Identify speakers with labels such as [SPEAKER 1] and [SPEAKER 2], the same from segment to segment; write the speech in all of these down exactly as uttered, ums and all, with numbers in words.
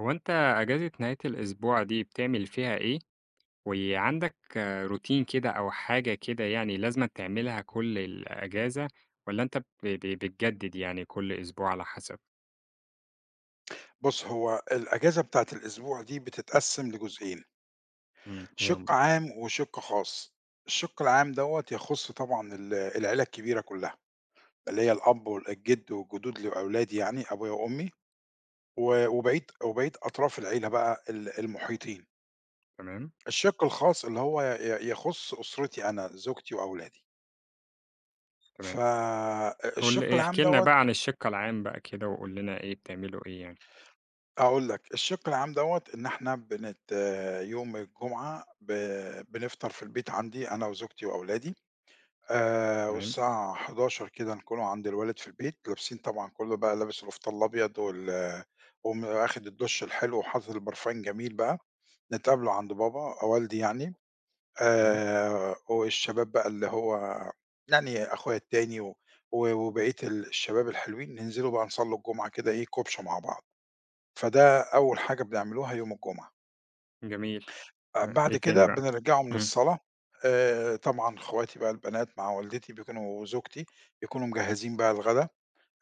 [SPEAKER 1] هو أنت أجازة نهاية الأسبوع دي بتعمل فيها إيه؟ وعندك آه، روتين كده أو حاجة كده يعني لازم تعملها كل الأجازة ولا أنت ب- ب- بتجدد يعني كل أسبوع على حسب؟
[SPEAKER 2] بُص، هو الأجازة بتاعة الأسبوع دي بتتقسّم لجزئين،
[SPEAKER 1] امم
[SPEAKER 2] شِق
[SPEAKER 1] يومك.
[SPEAKER 2] عام وشِق خاص. الشِق العام دوّة يخُص طبعًا ال العيلة الكبيرة كُلّها، اللي هي الأب والجِد والجدود لأولادي يعني أبويا وأمي و وبقية وبقية أطراف العيلة بقى ال المُحيطين.
[SPEAKER 1] تمام.
[SPEAKER 2] الشِق الخاص اللي هو ي يخُص أسرتي أنا، زوجتي وأولادي.
[SPEAKER 1] تمام. قول
[SPEAKER 2] فالشِق
[SPEAKER 1] لي-
[SPEAKER 2] العام
[SPEAKER 1] احكي لنا
[SPEAKER 2] دوّة
[SPEAKER 1] بقى عن الشق العام بقى كده وقول لنا إيه بتعملوا إيه يعني.
[SPEAKER 2] هاقول لك، الشِق العام دوّة إن إحنا بنت يوم الجمعة ب بنفطر في البيت عندي أنا وزوجتي وأولادي، آآ
[SPEAKER 1] تمام.
[SPEAKER 2] والساعة حداشر كده نكونوا عند الوالد في البيت، لابسين طبعًا كُلّه بقى لابس القفطان الأبيض وال وم واخد الدُش الحلو وحاطط البرفان جميل بقى، نتقابلوا عند بابا والدي يعني،
[SPEAKER 1] تمام.
[SPEAKER 2] آآ والشباب بقى اللي هو يعني أخويا التاني و و وبقية الشباب الحلوين، ننزلوا بقى نصلّوا الجمعة كده إيه كُبْشة مع بعض. فده أول حاجة بنعملوها يوم الجمعة.
[SPEAKER 1] جميل.
[SPEAKER 2] آآ
[SPEAKER 1] تمام. إيه
[SPEAKER 2] بعد
[SPEAKER 1] تاني
[SPEAKER 2] كده
[SPEAKER 1] بقى؟
[SPEAKER 2] بنرجعوا من
[SPEAKER 1] امم.
[SPEAKER 2] الصلاة آآ طبعًا أخواتي بقى البنات مع والدتي بيكونوا وزوجتي بيكونوا مجهّزين بقى الغدا،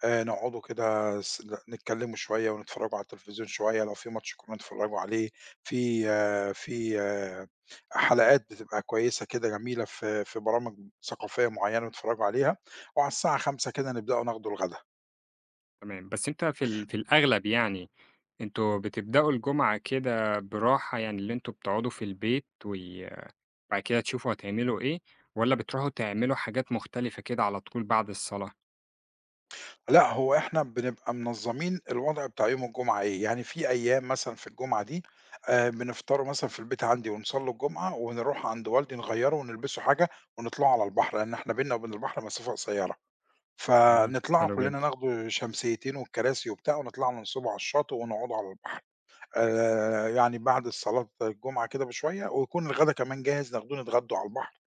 [SPEAKER 2] آآ نقعدوا كده س ن نتكلّموا شوية ونتفرّجوا على التلفزيون شوية، لو في ماتش كورة نتفرّجوا عليه، في آه، في آه، حلقات بتبقى كويسة كده جميلة في في برامج ثقافية معيّنة نتفرّجوا عليها، وعلى الساعة خمسة كده نبدأوا ناخدوا الغدا.
[SPEAKER 1] تمام، بس أنت في ال... في الأغلب يعني انتوا بتبدأوا الجمعة كده براحة يعني اللي انتوا بتقعدوا في البيت بعد كده تشوفوا هتعملوا إيه، والّا بتروحوا تعملوا حاجات مختلفة كده على طول بعد الصلاة؟
[SPEAKER 2] لأ، هو إحنا بنبقى منظّمين الوضع بتاع يوم الجمعة إيه، يعني في أيام مثلًا في الجمعة دي، آآ، بنفطروا مثلًا في البيت عندي ونصلّوا الجمعة ونروح عند والدي نغيّروا ونلبسوا حاجة ونطلعوا على البحر، لإن إحنا بيننا وبين البحر مسافة قصيّرة،
[SPEAKER 1] إمم.
[SPEAKER 2] فنطلعوا
[SPEAKER 1] حلو
[SPEAKER 2] كلّنا
[SPEAKER 1] جدًا.
[SPEAKER 2] ناخدوا شمسيتين والكراسي وبتاع ونطلعوا ننصبوا على الشاطئ ونقعدوا على البحر. آآ، يعني بعد الصلاة الجمعة كده بشوية ويكون الغدا كمان جاهز ناخدوه نتغدوا على البحر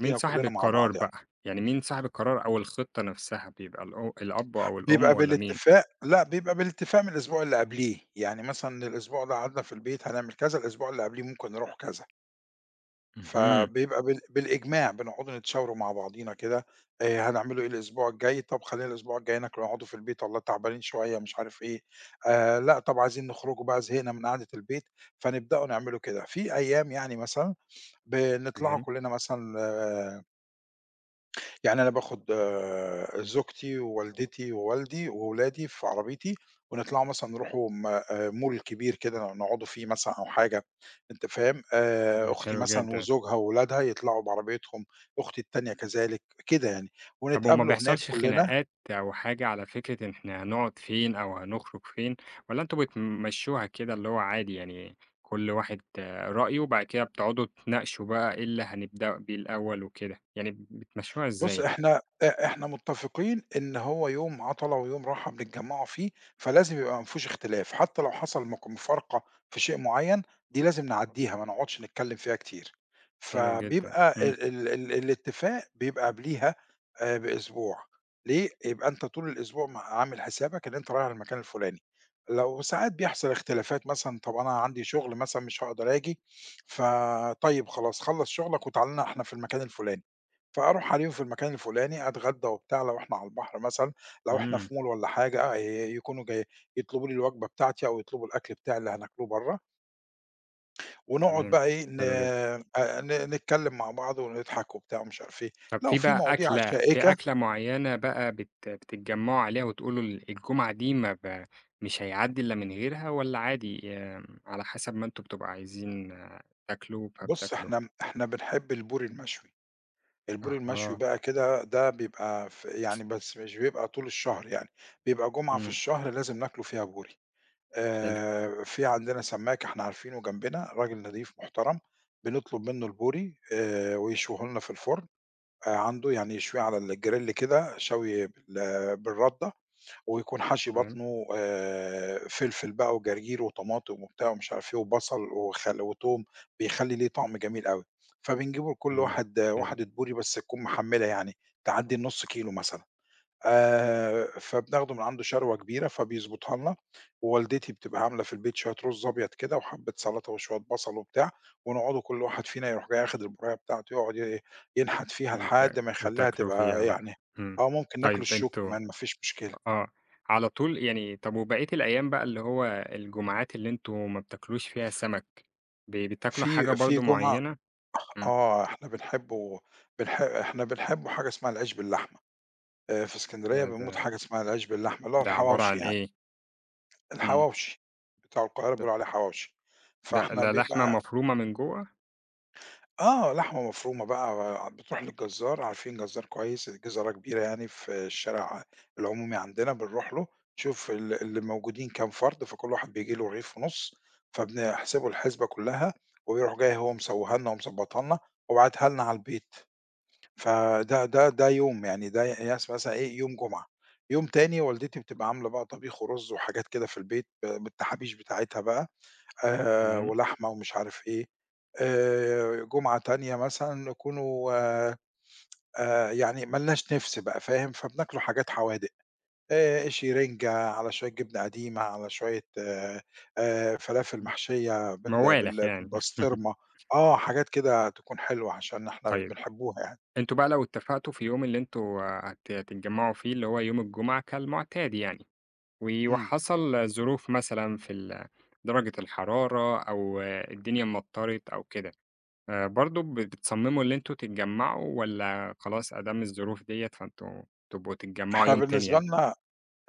[SPEAKER 1] مين صاحب
[SPEAKER 2] كلّنا مع بعض
[SPEAKER 1] القرار
[SPEAKER 2] يعني.
[SPEAKER 1] بقى؟ يعني مين صاحب القرار أو الخطة نفسها، بيبقى الأ الأب أو الأم
[SPEAKER 2] بيبقى
[SPEAKER 1] والّا مين؟
[SPEAKER 2] بالاتفاق لأ، بيبقى بالاتفاق من الأسبوع اللي قبليه، يعني مثلًا الأسبوع ده قعدنا في البيت هنعمل كذا، الأسبوع اللي قبليه ممكن نروح كذا،
[SPEAKER 1] اهم.
[SPEAKER 2] فبيبقى بال بالإجماع بنقعدوا نتشاوروا مع بعضينا كده، آآ هنعمله إيه الأسبوع الجاي، طب خلينا الأسبوع الجاي ناكلوا نقعدوا في البيت والله تعبانين شوية مش عارف إيه، آآ لأ، طب عايزين نخرجوا بقى زهقنا من قعدة البيت، فنبدأوا نعملوا كده. في أيام يعني مثلًا بنطلعوا
[SPEAKER 1] تمام،
[SPEAKER 2] كلنا مثلًا، يعني أنا باخد آآ زوجتي ووالدتي ووالدي وولادي في عربيتي، ونطلعوا مثلًا نروحوا م آآ mall كبير كده نقعدوا فيه مثلًا أو حاجة، أنت فاهم؟ آآ
[SPEAKER 1] إمم.
[SPEAKER 2] أختي
[SPEAKER 1] حلو
[SPEAKER 2] مثلًا
[SPEAKER 1] جدًا.
[SPEAKER 2] وزوجها وولادها يطلعوا بعربيتهم، أختي التانية كذلك، كده يعني،
[SPEAKER 1] طب وما
[SPEAKER 2] ونتقابلوا هناك
[SPEAKER 1] بيحصلش
[SPEAKER 2] كلنا.
[SPEAKER 1] خناقات أو حاجة على فكرة إن إحنا هنقعد فين أو هنخرج فين، والّا أنتم بتمشوها كده اللي هو عادي يعني كل واحد آه، رأيه، وبعد كده بتقعدوا تناقشوا بقى إيه اللي هنبدأ بيه الأول وكده، يعني بتمشوها
[SPEAKER 2] بُص،
[SPEAKER 1] إزاي؟
[SPEAKER 2] إحنا إ إحنا متّفقين إن هو يوم عطلة ويوم راحة بنتجمّعوا فيه، فلازم يبقى ما فيهوش اختلاف، حتى لو حصل مك مفارقة في شيء معيّن، دي لازم نعدّيها ما نقعدش نتكلّم فيها كتير.
[SPEAKER 1] حلو جدًا،
[SPEAKER 2] فبيبقى
[SPEAKER 1] إمم.
[SPEAKER 2] ال ال ال الاتفاق بيبقى قبليها آآ بأسبوع، ليه؟ يبقى أنت طول الأسبوع م عامل حسابك إن أنت رايح المكان الفلاني. لو ساعات بيحصل اختلافات مثلًا، طَب أنا عندي شغل مثلًا مش هاقدر آجي، فطيب خلاص خلّص شغلك وتعال لنا إحنا في المكان الفلاني. فأروح عليهم في المكان الفلاني، أتغدى وبتاع لو إحنا على البحر مثلًا، لو إحنا
[SPEAKER 1] إمم.
[SPEAKER 2] في مول والّا حاجة، آآ يكونوا جاي يطلبوا لي الوجبة بتاعتي أو يطلبوا الأكل بتاعي اللي هناكله برّه، ونقعد
[SPEAKER 1] تمام.
[SPEAKER 2] بقى إيه ن
[SPEAKER 1] حلو جدًا.
[SPEAKER 2] آآ ن نتكلم مع بعض ونضحك وبتاع ومش عارف إيه.
[SPEAKER 1] طب
[SPEAKER 2] لو
[SPEAKER 1] في
[SPEAKER 2] في
[SPEAKER 1] بقى
[SPEAKER 2] مواضيع
[SPEAKER 1] أكلة في
[SPEAKER 2] شائكة.
[SPEAKER 1] أكلة معيّنة بقى بت بتتجمّعوا عليها وتقولوا ال الجمعة دي ما ب مش هيعدّي إلا من غيرها والّا عادي، آمم، على حسب ما أنتم بتبقوا عايزين آه، تاكلوا
[SPEAKER 2] بُص
[SPEAKER 1] فبتاكلوا؟
[SPEAKER 2] إحنا م إحنا بنحب البوري المشوي، البوري المشوي
[SPEAKER 1] أها.
[SPEAKER 2] بقى كده ده بيبقى ف يعني بس مش بيبقى طول الشهر يعني، بيبقى جمعة في
[SPEAKER 1] إمم.
[SPEAKER 2] الشهر لازم ناكله فيها بوري.
[SPEAKER 1] حلو.
[SPEAKER 2] آآ في عندنا سمّاك إحنا عارفينه جنبنا، راجل نضيف محترم، بنطلب منه البوري آآ ويشويه لنا في الفرن، آآ عنده يعني يشويه على الجريل كده شوي بال بالردة، ويكون حشي
[SPEAKER 1] تمام.
[SPEAKER 2] بطنه آآ فلفل بقى وجرجير وطماطم وبتاع ومش عارف إيه وبصل وخل وتوم، بيخلّي ليه طعم جميل أوي، فبنجيبه لكل
[SPEAKER 1] إمم.
[SPEAKER 2] واحد آه،
[SPEAKER 1] حلو.
[SPEAKER 2] واحدة بوري بس تكون محمّلة يعني تعدّي النُص كيلو مثلًا. آآ، فبناخده من عنده شروة كبيرة فبيضبطها لنا، ووالدتي بتبقى عاملة في البيت شوية رز أبيض كده وحبة سلطة وشوية بصل وبتاع، ونقعدوا كل واحد فينا يروح جاي آخد البُراية بتاعته يقعد ي ينحت فيها
[SPEAKER 1] وت
[SPEAKER 2] لحد ما يخلّيها
[SPEAKER 1] وتاكلوا فيها
[SPEAKER 2] تبقى
[SPEAKER 1] بقى.
[SPEAKER 2] يعني.
[SPEAKER 1] إمم.
[SPEAKER 2] آه، ممكن ناكله
[SPEAKER 1] طيب
[SPEAKER 2] الشوك
[SPEAKER 1] أنتم
[SPEAKER 2] كمان ما فيش مشكلة.
[SPEAKER 1] آه، على طول يعني، طب وبقية الأيام بقى اللي هو الجمعات اللي أنتم ما بتاكلوش فيها سمك، ب بتاكلوا حاجة
[SPEAKER 2] في في
[SPEAKER 1] برضه
[SPEAKER 2] جمعة،
[SPEAKER 1] معيّنة؟ إمم.
[SPEAKER 2] آه، إحنا بنحبه بنح إحنا بنحبه حاجة اسمها العيش باللحمة، آآ، في إسكندرية
[SPEAKER 1] ده
[SPEAKER 2] بنموت
[SPEAKER 1] ده
[SPEAKER 2] حاجة اسمها العيش باللحمة اللي هو
[SPEAKER 1] ده عبارة
[SPEAKER 2] الحواوشي
[SPEAKER 1] عن
[SPEAKER 2] يعني،
[SPEAKER 1] إيه؟ إمم.
[SPEAKER 2] الحواوشي بتاع القاهرة
[SPEAKER 1] ده
[SPEAKER 2] بيقولوا عليه حواوشي،
[SPEAKER 1] ده
[SPEAKER 2] فإحنا
[SPEAKER 1] ده لحمة
[SPEAKER 2] بيبقى،
[SPEAKER 1] مفرومة من جوّه.
[SPEAKER 2] آه، لحمة مفرومة بقى، آه، بتروح للجزّار، عارفين جزّار كويس، جزارة كبيرة يعني في الشارع العمومي عندنا، بنروح له نشوف ال اللي موجودين كام فرد، فكل واحد بييجي له رغيف ونُص، فبنحسبه الحسبة كلّها، ويروح جاي هو مسوّيها لنا ومضبّطها لنا، وباعتها لنا على البيت، فده ده ده يوم يعني ده يس مثلًا إيه يوم جمعة، يوم تاني والدتي بتبقى عاملة بقى طبيخ ورُز وحاجات كده في البيت ب بالتحابيش بتاعتها بقى، آآ
[SPEAKER 1] تمام.
[SPEAKER 2] ولحمة ومش عارف إيه. آآ جمعة تانية مثلًا نكونوا، آآ يعني ما لناش نِفْس بقى فاهم، فبناكلوا حاجات حوادق، آآ قشي رِنجة، على شوية جبنة قديمة، على شوية آآ فلافل
[SPEAKER 1] إمم.
[SPEAKER 2] محشية بال
[SPEAKER 1] موالح
[SPEAKER 2] بال
[SPEAKER 1] يعني.
[SPEAKER 2] بالبسطرمة، آه، حاجات كده تكون حلوة عشان إحنا
[SPEAKER 1] طيب،
[SPEAKER 2] بنحبوها يعني.
[SPEAKER 1] أنتم بقى لو اتفقتوا في يوم اللي أنتم هت هتتجمعوا فيه اللي هو يوم الجمعة كالمعتاد يعني، و
[SPEAKER 2] إمم،
[SPEAKER 1] وحصل ظروف مثلًا في ال درجة الحرارة أو آه، الدنيا أمطرت أو كده. آآ برضه ب بتصمموا اللي أنتم تتجمعوا، والّا خلاص أدام الظروف ديّة فأنتم تبقوا تتجمعوا
[SPEAKER 2] إحنا
[SPEAKER 1] يوم تاني
[SPEAKER 2] بالنسبة
[SPEAKER 1] يعني؟
[SPEAKER 2] لنا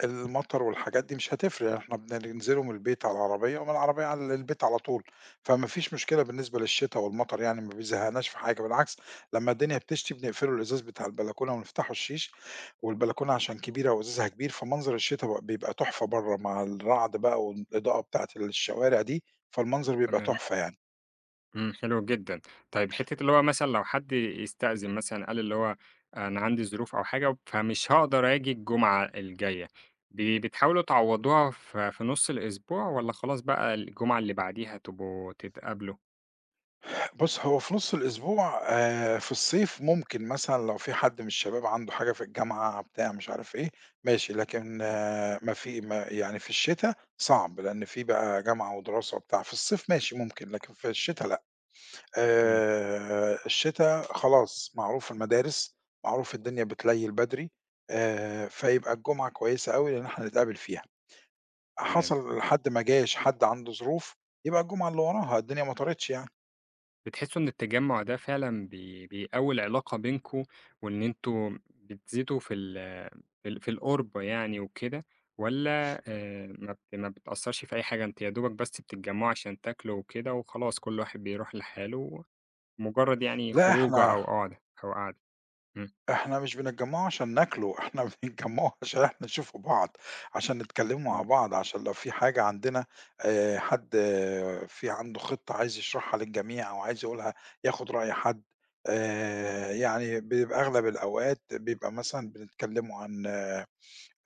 [SPEAKER 2] المطر والحاجات دي مش هتفرق، إحنا بننزله من البيت على العربية ومن العربية على البيت على طول، فما فيش مشكلة بالنسبة للشتا والمطر يعني ما بيزهقناش في حاجة، بالعكس لمّا الدنيا بتشتي بنقفله الإزاز بتاع البلكونة ونفتحه الشيش، والبلكونة عشان كبيرة وإزازها كبير فمنظر الشتا بق بيبقى تحفة برّه مع الرعد بقى والإضاءة بتاعة الشوارع دي، فالمنظر بيبقى
[SPEAKER 1] تمام.
[SPEAKER 2] تحفة يعني.
[SPEAKER 1] إمم. حلو جدًا. طيب حتّة اللي هو مثلًا لو حد يستأذن مثلًا قال اللي هو أنا عندي ظروف أو حاجة فمش هاقدر آجي الجمعة الجاية، ب بتحاولوا تعوّضوها ف في نُص الأسبوع والّا خلاص بقى الجمعة اللي بعديها تبقوا تتقابلوا؟
[SPEAKER 2] بُص، هو في نُص الأسبوع آآ في الصيف ممكن مثلًا لو في حد من الشباب عنده حاجة في الجامعة بتاع مش عارف إيه، ماشي، لكن، آه، ما في ما يعني في الشتا صعب، لإن في بقى جامعة ودراسة وبتاع، في الصيف ماشي ممكن، لكن في الشتا لأ.
[SPEAKER 1] إمم.
[SPEAKER 2] آآ الشتا خلاص معروف المدارس، معروف الدنيا بتليل بدري، آآ فيبقى الجمعة كويسة أوي لإن إحنا نتقابل فيها.
[SPEAKER 1] تمام.
[SPEAKER 2] حصل حد ما جاش، حد عنده ظروف، يبقى الجمعة اللي وراها، الدنيا مطرتش يعني.
[SPEAKER 1] بتحسوا إن التجمُّع ده فعلًا بي بيقوّي العلاقة بينكم وإن أنتم بتزيدوا في ال في ال في القُرب يعني وكده، والّا آآ ما بت ما بتأثّرش في أي حاجة، أنتم يا دوبك بس بتتجمّعوا عشان تاكلوا وكده وخلاص كل واحد بيروح لحاله، مُجرّد يعني
[SPEAKER 2] لأ،
[SPEAKER 1] خروجة
[SPEAKER 2] إحنا
[SPEAKER 1] أو قعدة أو قعدة؟ إمم.
[SPEAKER 2] إحنا مش بنتجمّعوا عشان ناكله، إحنا بنتجمّعوا عشان إحنا نشوفوا بعض، عشان نتكلّموا مع
[SPEAKER 1] إمم.
[SPEAKER 2] بعض، عشان لو في حاجة عندنا، آآ حد، اه، في عنده خِطّة عايز يشرحها للجميع أو عايز يقولها ياخُد رأي حد. آآ يعني بيبقى أغلب الأوقات بيبقى مثلًا بنتكلّموا عن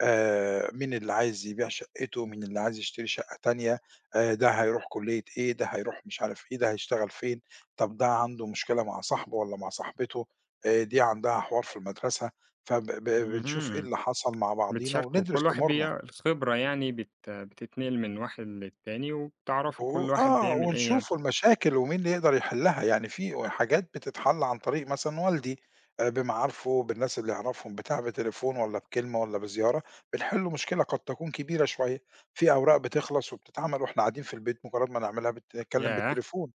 [SPEAKER 2] آآ مين اللي عايز يبيع شقته، مين اللي عايز يشتري شقة تانية، آآ ده هيروح كُلّية إيه، ده هيروح مش عارف إيه، ده هيشتغل فين، طب ده عنده مشكلة مع صاحبه والّا مع صاحبته، آآ دي عندها حوار في المدرسة، فب ب بنشوف إيه
[SPEAKER 1] اهم.
[SPEAKER 2] اللي حصل مع بعضينا
[SPEAKER 1] بتشاركوا
[SPEAKER 2] وندرس
[SPEAKER 1] كل واحد بي
[SPEAKER 2] أمورنا.
[SPEAKER 1] الخبرة يعني بت بتتنقل من واحد للتاني وبتعرفوا
[SPEAKER 2] و
[SPEAKER 1] كل واحد
[SPEAKER 2] آه،
[SPEAKER 1] بيعمل إيه يعني.
[SPEAKER 2] ونشوفوا المشاكل ومين اللي يقدر يحلّها، يعني في حاجات بتتحل عن طريق مثلًا والدي، آآ، بمعارفه، بالناس اللي يعرفهم بتاع، بتليفون والّا بكلمة والّا بزيارة، بنحلّوا مشكلة قد تكون كبيرة شوية، في أوراق بتخلص وبتتعمل وإحنا قاعدين في البيت مجرّد ما نعملها بت نتكلم
[SPEAKER 1] ياه!
[SPEAKER 2] بالتليفون،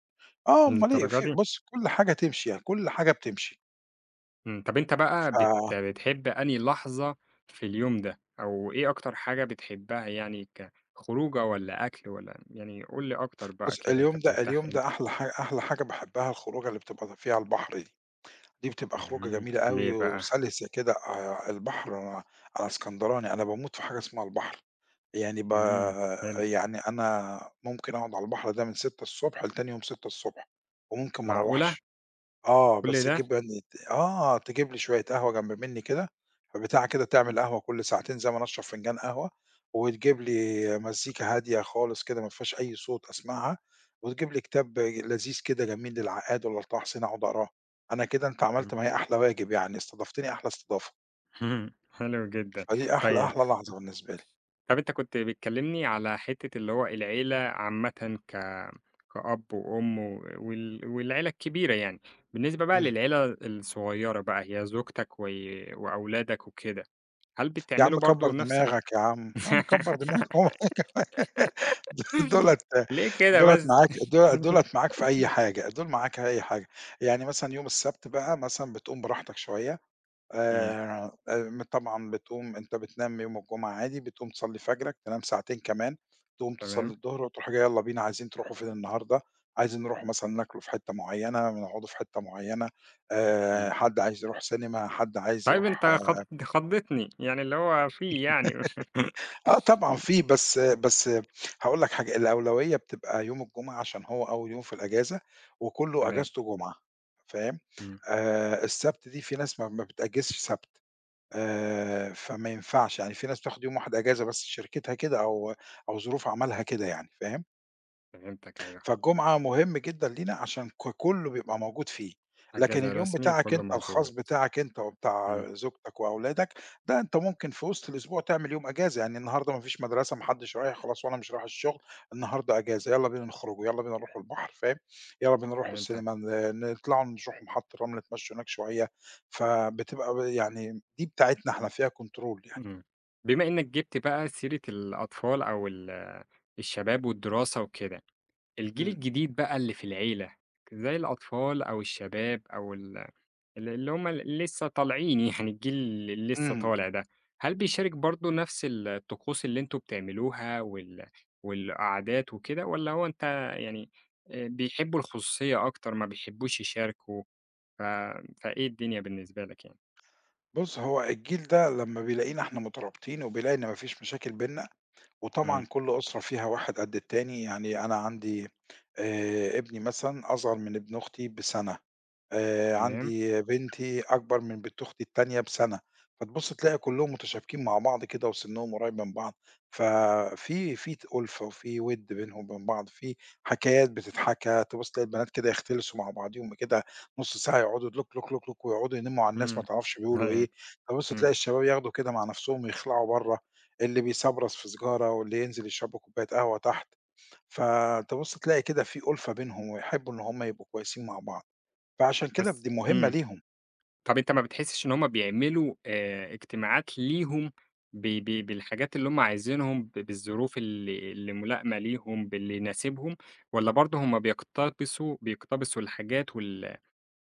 [SPEAKER 2] آه أُمّال إيه،
[SPEAKER 1] للدرجة
[SPEAKER 2] في
[SPEAKER 1] دي؟!
[SPEAKER 2] بُص كل حاجة تمشي يعني، كل حاجة بتمشي.
[SPEAKER 1] إمم، طب أنت بقى
[SPEAKER 2] ف
[SPEAKER 1] بت بتحب أنهي لحظة في اليوم ده، أو إيه أكتر حاجة بتحبها يعني ك خروجة والّا أكل والّا يعني قُل لي أكتر بقى
[SPEAKER 2] بُص،
[SPEAKER 1] كده أنت
[SPEAKER 2] اليوم ده
[SPEAKER 1] بترتاح
[SPEAKER 2] اليوم ده
[SPEAKER 1] إمتى؟
[SPEAKER 2] أحلى ح أحلى حاجة باحبها الخروجة اللي بتبقى فيها على البحر دي. دي بتبقى خروجة
[SPEAKER 1] إمم.
[SPEAKER 2] جميلة أوي
[SPEAKER 1] ليه بقى؟
[SPEAKER 2] وسلسة كده، آآ البحر، أنا أنا اسكندراني، أنا باموت في حاجة اسمها البحر، يعني ب
[SPEAKER 1] إمم. حلو.
[SPEAKER 2] يعني أنا ممكن أقعد على البحر ده من ستة ص لتاني يوم ستة ص وممكن ما
[SPEAKER 1] معقولة
[SPEAKER 2] أروّحش. آه، بس
[SPEAKER 1] كل ده!
[SPEAKER 2] تجيب يعني، ت آه، تجيب لي شوية قهوة جنب منّي كده، فبتاعة كده بتعمل قهوة كل ساعتين زي ما أنا أشرب فنجان قهوة، وتجيب لي مزيكا هادية خالص كده ما فيهاش أي صوت أسمعها، وتجيب لي كتاب لذيذ كده جميل للعقاد والّا لطه حسين أقعد أقراه، أنا كده أنت عملت
[SPEAKER 1] إمم.
[SPEAKER 2] ما هي أحلى واجب يعني، استضفتني أحلى استضافة،
[SPEAKER 1] حلو جدًا.
[SPEAKER 2] فدي أحلى،
[SPEAKER 1] طيب
[SPEAKER 2] أحلى لحظة بالنسبة لي.
[SPEAKER 1] طب أنت كنت بتكلمني على حتة اللي هو العيلة عامةً ك كأب وأم و وال والعيلة الكبيرة يعني، بالنسبة بقى
[SPEAKER 2] إمم.
[SPEAKER 1] للعيلة الصغيرة بقى هي زوجتك و وأولادك وكده. هل
[SPEAKER 2] يا عم
[SPEAKER 1] بتعملوا
[SPEAKER 2] كبّر
[SPEAKER 1] برضه نفس ال
[SPEAKER 2] دماغك يا عم، يا عم كبّر دماغك هو د دُولة
[SPEAKER 1] ليه كده
[SPEAKER 2] دُولة
[SPEAKER 1] بس؟
[SPEAKER 2] معاك دُو دُولة معاك في أي حاجة، دول معاك في أي حاجة، يعني مثلًا يوم السبت بقى مثلًا بتقوم براحتك شوية،
[SPEAKER 1] إمم.
[SPEAKER 2] آآ، آآ، طبعًا بتقوم أنت بتنام يوم الجمعة عادي، بتقوم تصلّي فجرك، تنام ساعتين كمان، تقوم تصلّي
[SPEAKER 1] تمام.
[SPEAKER 2] الضهر وتروح جاي يالّا بينا عايزين تروحوا فين النهارده، عايزين نروحوا مثلًا ناكلوا في حتة معيّنة، نقعدوا في حتة معيّنة، آآ،
[SPEAKER 1] إمم.
[SPEAKER 2] حد عايز يروح سينما، حد عايز
[SPEAKER 1] طيب
[SPEAKER 2] يروح،
[SPEAKER 1] أنت خض خضّتني، يعني اللي هو في يعني.
[SPEAKER 2] آه طبعًا في، بس بس هاقول لك حاجة، الأولوية بتبقى يوم الجمعة عشان هو أول يوم في الأجازة وكُلّه
[SPEAKER 1] تمام.
[SPEAKER 2] أجازته جمعة، فاهم؟
[SPEAKER 1] إمم.
[SPEAKER 2] آآ السبت دي في ناس ما ما بتأجّزش سبت، آآ فما ينفعش، يعني في ناس بتاخد يوم واحد أجازة بس شركتها كده أو أو ظروف عملها كده يعني، فاهم؟
[SPEAKER 1] فهمتك، أيوه.
[SPEAKER 2] فالجمعة مهم جدًا لينا عشان ك كُلّه بيبقى موجود فيه، لكن
[SPEAKER 1] إجازة
[SPEAKER 2] اليوم
[SPEAKER 1] رسمي
[SPEAKER 2] بتاعك
[SPEAKER 1] وكلّه
[SPEAKER 2] أنت الخاص
[SPEAKER 1] موجود.
[SPEAKER 2] بتاعك أنت
[SPEAKER 1] إمم.
[SPEAKER 2] وبتاع زوجتك وأولادك، ده أنت ممكن في وسط الأسبوع تعمل يوم إجازة، يعني النهارده ما فيش مدرسة ما حدش رايح خلاص وأنا مش رايح الشغل، النهارده إجازة يالّا بينا نخرجوا، يالّا بينا نروحوا البحر فاهم، يالّا بينا نروحوا
[SPEAKER 1] فهمتك.
[SPEAKER 2] السينما ن نطلعوا نروحوا محطة الرمل نتمشوا هناك شوية، فبتبقى ب يعني دي بتاعتنا إحنا فيها control يعني.
[SPEAKER 1] إمم. بما إنّك جِبت بقى سيرة الأطفال أو ال الشباب والدراسة وكده، الجيل
[SPEAKER 2] إمم،
[SPEAKER 1] الجديد بقى اللي في العيلة، زي الأطفال أو الشباب أو ال ال اللي هم ال لسه طالعين، يعني الجيل اللي لسه
[SPEAKER 2] إمم.
[SPEAKER 1] طالع ده، هل بيشارك برضه نفس ال الطقوس اللي أنتم بتعملوها وال والقعدات وكده، والّا هو أنت يعني آآ بيحبوا الخصوصية أكتر ما بيحبوش يشاركوا، ف فإيه الدنيا بالنسبة لك يعني؟
[SPEAKER 2] بُص هو الجيل ده لمّا بيلاقينا إحنا مترابطين وبيلاقي إن ما فيش مشاكل بيننا،
[SPEAKER 1] إمم.
[SPEAKER 2] وطبعًا كل أسرة فيها واحد قد التاني، يعني أنا عندي، آآ ابني مثلًا أصغر من ابن أختي بسَنة، آآ
[SPEAKER 1] تمام.
[SPEAKER 2] عندي بنتي أكبر من بنت أختي التانية بسَنة، فتبُص تلاقي كُلّهم متشابكين مع بعض كده وسِنّهم قريب من بعض، ففي في ت أُلفة وفي وِد بينهم وبين بعض، في حكايات بتتحكى، تبُص تلاقي البنات كده يختلسوا مع بعضيهم كده نُص ساعة يقعدوا لوك، لوك، لوك، لوك ويقعدوا ينمّوا على الناس ما
[SPEAKER 1] إمم.
[SPEAKER 2] تعرفش بيقولوا
[SPEAKER 1] تمام.
[SPEAKER 2] إيه، تبُص
[SPEAKER 1] إمم.
[SPEAKER 2] تلاقي الشباب ياخدوا كده مع نَفْسهم ويخلعوا برّه، اللي بيسبرص في سيجارة واللي ينزل يشرب له كوباية قهوة تحت، فتبُص تلاقي كده في أُلفة بينهم ويحبّوا إن هم يبقوا كويسين مع بعض. فعشان كده
[SPEAKER 1] بس
[SPEAKER 2] دي مهمة
[SPEAKER 1] إمم.
[SPEAKER 2] ليهم،
[SPEAKER 1] طب أنت ما بتحسّش إن هُم بيعملوا آآ اجتماعات ليهم ب ب بالحاجات اللي هُم عايزينهم، ب بالظروف اللي اللي ملائمة ليهم، باللي يناسبهم، والّا برضه هُم بيقتبسوا بيقتبسوا الحاجات وال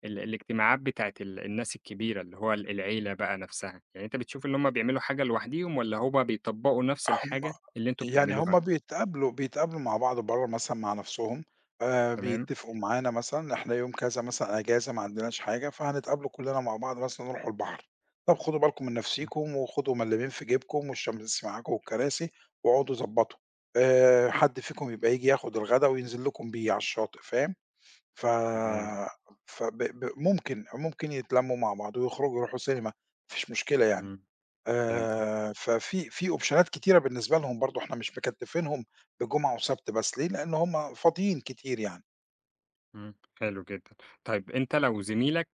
[SPEAKER 1] ال الاجتماعات بتاعة ال الناس الكبيرة، اللي هو ال العيلة بقى نفسها؟ يعني أنت بتشوف إن هُم بيعملوا حاجة لوحديهم، والّا هُم بيطبّقوا نفس
[SPEAKER 2] هم
[SPEAKER 1] الحاجة اللي أنتم
[SPEAKER 2] يعني
[SPEAKER 1] بتعملوها؟
[SPEAKER 2] هم بيتقابلوا بيتقابلوا مع بعض برّه مثلًا مع نفسهم، آآ
[SPEAKER 1] تمام.
[SPEAKER 2] بيتفقوا معانا مثلًا إحنا يوم كذا مثلًا أجازة ما عندناش حاجة، فهنتقابلوا كلنا مع بعض مثلًا نروحوا البحر، طب خدوا بالكم من
[SPEAKER 1] إمم.
[SPEAKER 2] نفسيكم وخدوا ملّامين في جيبكم والشمس معاكم والكراسي واقعدوا ضبّطوا، آآ حد فيكم يبقى ييجي ياخد الغدا وينزل لكم بيه على الشاطئ فاهم؟ ف
[SPEAKER 1] تمام.
[SPEAKER 2] فب ب ممكن ممكن يتلمّوا مع بعض ويخرجوا يروحوا سينما، ما فيش مشكلة يعني.
[SPEAKER 1] إمم. فهمتك.
[SPEAKER 2] آآ، ففي في أوبشنات كتيرة بالنسبة لهم برضه، إحنا مش مكتّفينهم بجمعة وسبت بس، ليه؟ لإن هم فاضيين كتير يعني،
[SPEAKER 1] إمم. حلو جدًا. طيب أنت لو زميلك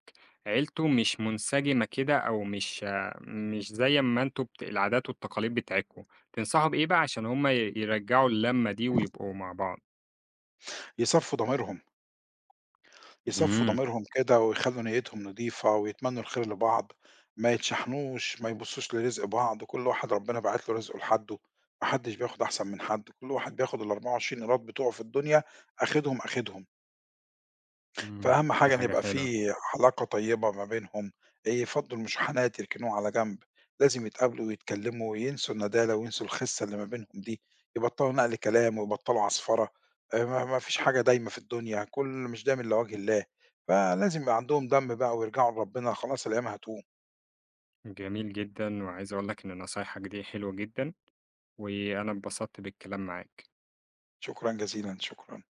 [SPEAKER 1] عيلته مش منسجمة كده أو مش آه، مش زي ما أنتم بت العادات والتقاليد بتاعتكم، تنصحه بإيه بقى عشان هم ي يرجّعوا اللمة دي ويبقوا مع بعض؟
[SPEAKER 2] يصفّوا ضميرهم، يصفّوا
[SPEAKER 1] اهم.
[SPEAKER 2] ضميرهم كده ويخلّوا نيّتهم نضيفة ويتمنّوا الخير لبعض، ما يتشحنوش، ما يبُصّوش لرزق بعض، كل واحد ربنا باعت له رزقه لحدُّه، ما حدّش بياخُد أحسن من حد، كل واحد بياخُد الأربعة والعشرين قيراط بتوعه في الدنيا آخِدهم، آخِدهم.
[SPEAKER 1] إمم.
[SPEAKER 2] فأهم
[SPEAKER 1] دي
[SPEAKER 2] حاجة إن
[SPEAKER 1] حاجة
[SPEAKER 2] يبقى
[SPEAKER 1] حلوة.
[SPEAKER 2] في علاقة طيبة ما بينهم، يفضّوا المشاحنات يركنوها على جنب، لازم يتقابلوا ويتكلّموا وينسوا الندالة وينسوا الخِسّة اللي ما بينهم دي، يبطّلوا نقل كلام ويبطّلوا عَصفَرة، آآ ما ما فيش حاجة دايمة في الدنيا، كل مش دايم إلّا وجه الله، فلازم يبقى عندهم دَم بقى ويرجعوا لربنا خلاص الأيام هتقوم.
[SPEAKER 1] جميل جدًا، وعايز أقول لك إن نصايحك دي حلوة جدًا، وأنا اتبسطت بالكلام معاك.
[SPEAKER 2] شكرًا جزيلًا، شكرًا.